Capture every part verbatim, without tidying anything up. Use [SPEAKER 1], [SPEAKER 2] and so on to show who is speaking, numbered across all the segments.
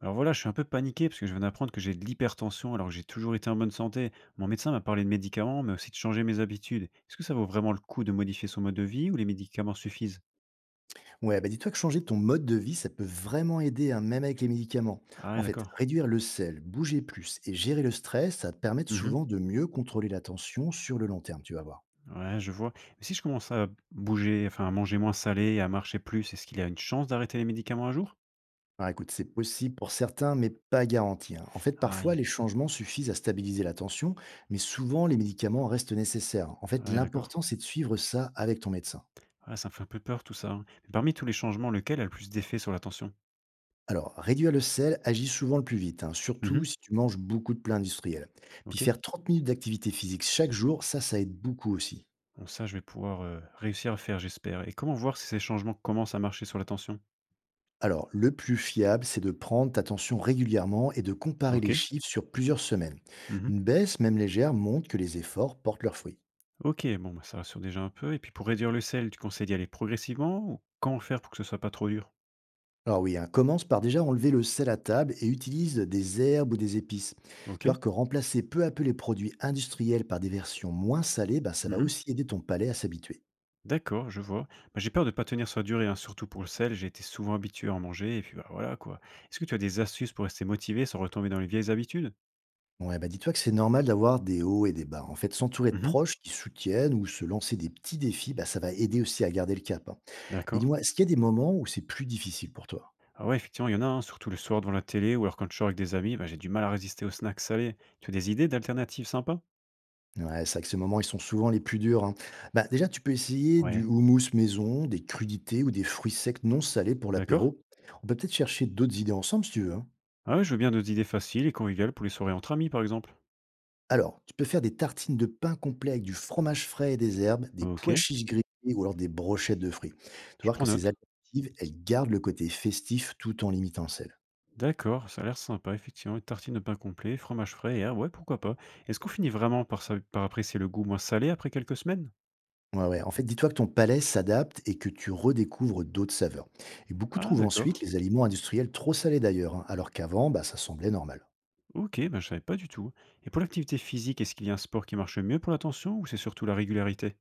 [SPEAKER 1] Alors voilà, je suis un peu paniqué parce que je viens d'apprendre que j'ai de l'hypertension alors que j'ai toujours été en bonne santé. Mon médecin m'a parlé de médicaments, mais aussi de changer mes habitudes. Est-ce que ça vaut vraiment le coup de modifier son mode de vie ou les médicaments suffisent?
[SPEAKER 2] Ouais, bah dis-toi que changer ton mode de vie, ça peut vraiment aider, hein, même avec les médicaments.
[SPEAKER 1] Ah
[SPEAKER 2] En
[SPEAKER 1] ouais,
[SPEAKER 2] fait,
[SPEAKER 1] d'accord.
[SPEAKER 2] réduire le sel, bouger plus et gérer le stress, ça te permet
[SPEAKER 1] Mhm.
[SPEAKER 2] souvent de mieux contrôler la tension sur le long terme, tu vas voir.
[SPEAKER 1] Ouais, je vois. Mais si je commence à bouger, enfin à manger moins salé et à marcher plus, est-ce qu'il y a une chance d'arrêter les médicaments un jour?
[SPEAKER 2] Alors écoute, c'est possible pour certains, mais pas garanti. hein. En fait, parfois,
[SPEAKER 1] Aïe.
[SPEAKER 2] les changements suffisent à stabiliser la tension, mais souvent, les médicaments restent nécessaires. En fait,
[SPEAKER 1] Ouais, d'accord.
[SPEAKER 2] l'important, c'est de suivre ça avec ton médecin.
[SPEAKER 1] Ah, ça me fait un peu peur tout ça, hein. Mais parmi tous les changements, lequel a le plus d'effet sur la tension?
[SPEAKER 2] Alors, réduire le sel agit souvent le plus vite, hein, surtout
[SPEAKER 1] Mhm.
[SPEAKER 2] si tu manges beaucoup de plats industriels. Puis
[SPEAKER 1] Ok.
[SPEAKER 2] faire trente minutes d'activité physique chaque jour, ça, ça aide beaucoup aussi.
[SPEAKER 1] Bon, ça, je vais pouvoir euh, réussir à faire, j'espère. Et comment voir si ces changements commencent à marcher sur la tension?
[SPEAKER 2] Alors, le plus fiable, c'est de prendre ta tension régulièrement et de comparer
[SPEAKER 1] Ok.
[SPEAKER 2] les chiffres sur plusieurs semaines.
[SPEAKER 1] Mmh.
[SPEAKER 2] Une baisse, même légère, montre que les efforts portent leurs fruits.
[SPEAKER 1] OK, bon, bah, ça rassure déjà un peu et puis pour réduire le sel, tu conseilles d'y aller progressivement ou comment faire pour que ce soit pas trop dur?
[SPEAKER 2] Alors oui, hein, commence par déjà enlever le sel à table et utilise des herbes ou des épices. Tu
[SPEAKER 1] OK.
[SPEAKER 2] vois que remplacer peu à peu les produits industriels par des versions moins salées, bah, ça va
[SPEAKER 1] Mmh.
[SPEAKER 2] aussi aider ton palais à s'habituer.
[SPEAKER 1] D'accord, je vois. Bah, j'ai peur de pas tenir sur la durée, hein, surtout pour le sel, j'ai été souvent habitué à en manger et puis, bah, voilà, quoi. Est-ce que tu as des astuces pour rester motivé sans retomber dans les vieilles habitudes?
[SPEAKER 2] Ouais, bah dis-toi que c'est normal d'avoir des hauts et des bas. En fait, s'entourer de
[SPEAKER 1] Mmh.
[SPEAKER 2] proches qui soutiennent ou se lancer des petits défis, bah, ça va aider aussi à garder le cap. hein. Mais
[SPEAKER 1] D'accord.
[SPEAKER 2] dis-moi, est-ce qu'il y a des moments où c'est plus difficile pour toi?
[SPEAKER 1] Ah ouais, effectivement, il y en a, hein, surtout le soir devant la télé ou alors quand je sors avec des amis, bah, j'ai du mal à résister aux snacks salés. Tu as des idées d'alternatives sympas?
[SPEAKER 2] Ouais, c'est vrai que ces moments, ils sont souvent les plus durs, hein. Bah, déjà, tu peux essayer du
[SPEAKER 1] Ouais.
[SPEAKER 2] houmous maison, des crudités ou des fruits secs non salés pour
[SPEAKER 1] D'accord.
[SPEAKER 2] l'apéro. On peut peut-être chercher d'autres idées ensemble si tu veux, hein.
[SPEAKER 1] Ah ouais, je veux bien d'autres idées faciles et conviviales pour les soirées entre amis, par exemple.
[SPEAKER 2] Alors, tu peux faire des tartines de pain complet avec du fromage frais et des herbes, des pois
[SPEAKER 1] OK,
[SPEAKER 2] chiches grillés ou alors des brochettes de fruits. Tu vas
[SPEAKER 1] je
[SPEAKER 2] voir que
[SPEAKER 1] prends
[SPEAKER 2] ces
[SPEAKER 1] note.
[SPEAKER 2] alternatives, elles gardent le côté festif tout en limitant le sel.
[SPEAKER 1] D'accord, ça a l'air sympa, effectivement. Une tartine de pain complet, fromage frais et herbes, ouais, pourquoi pas. Est-ce qu'on finit vraiment par, sa- par apprécier le goût moins salé après quelques semaines?
[SPEAKER 2] Ouais, ouais. En fait, dis-toi que ton palais s'adapte et que tu redécouvres d'autres saveurs. Et beaucoup
[SPEAKER 1] Ah,
[SPEAKER 2] trouvent
[SPEAKER 1] d'accord.
[SPEAKER 2] ensuite les aliments industriels trop salés d'ailleurs, hein, alors qu'avant, bah, ça semblait normal.
[SPEAKER 1] Ok, ben je savais pas du tout. Et pour l'activité physique, est-ce qu'il y a un sport qui marche mieux pour l'attention ou c'est surtout la régularité?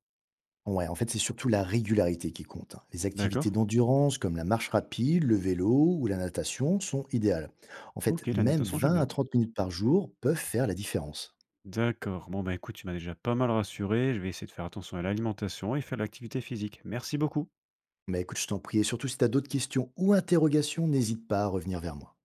[SPEAKER 2] Ouais, en fait, c'est surtout la régularité qui compte. hein. Les activités
[SPEAKER 1] D'accord.
[SPEAKER 2] d'endurance comme la marche rapide, le vélo ou la natation sont idéales. En fait,
[SPEAKER 1] Ok, la
[SPEAKER 2] même
[SPEAKER 1] natation, j'aime
[SPEAKER 2] vingt à
[SPEAKER 1] bien.
[SPEAKER 2] trente minutes par jour peuvent faire la différence.
[SPEAKER 1] D'accord. Bon, bah écoute, tu m'as déjà pas mal rassuré. Je vais essayer de faire attention à l'alimentation et faire de l'activité physique. Merci beaucoup.
[SPEAKER 2] Mais écoute, je t'en prie, et surtout si tu as d'autres questions ou interrogations, n'hésite pas à revenir vers moi.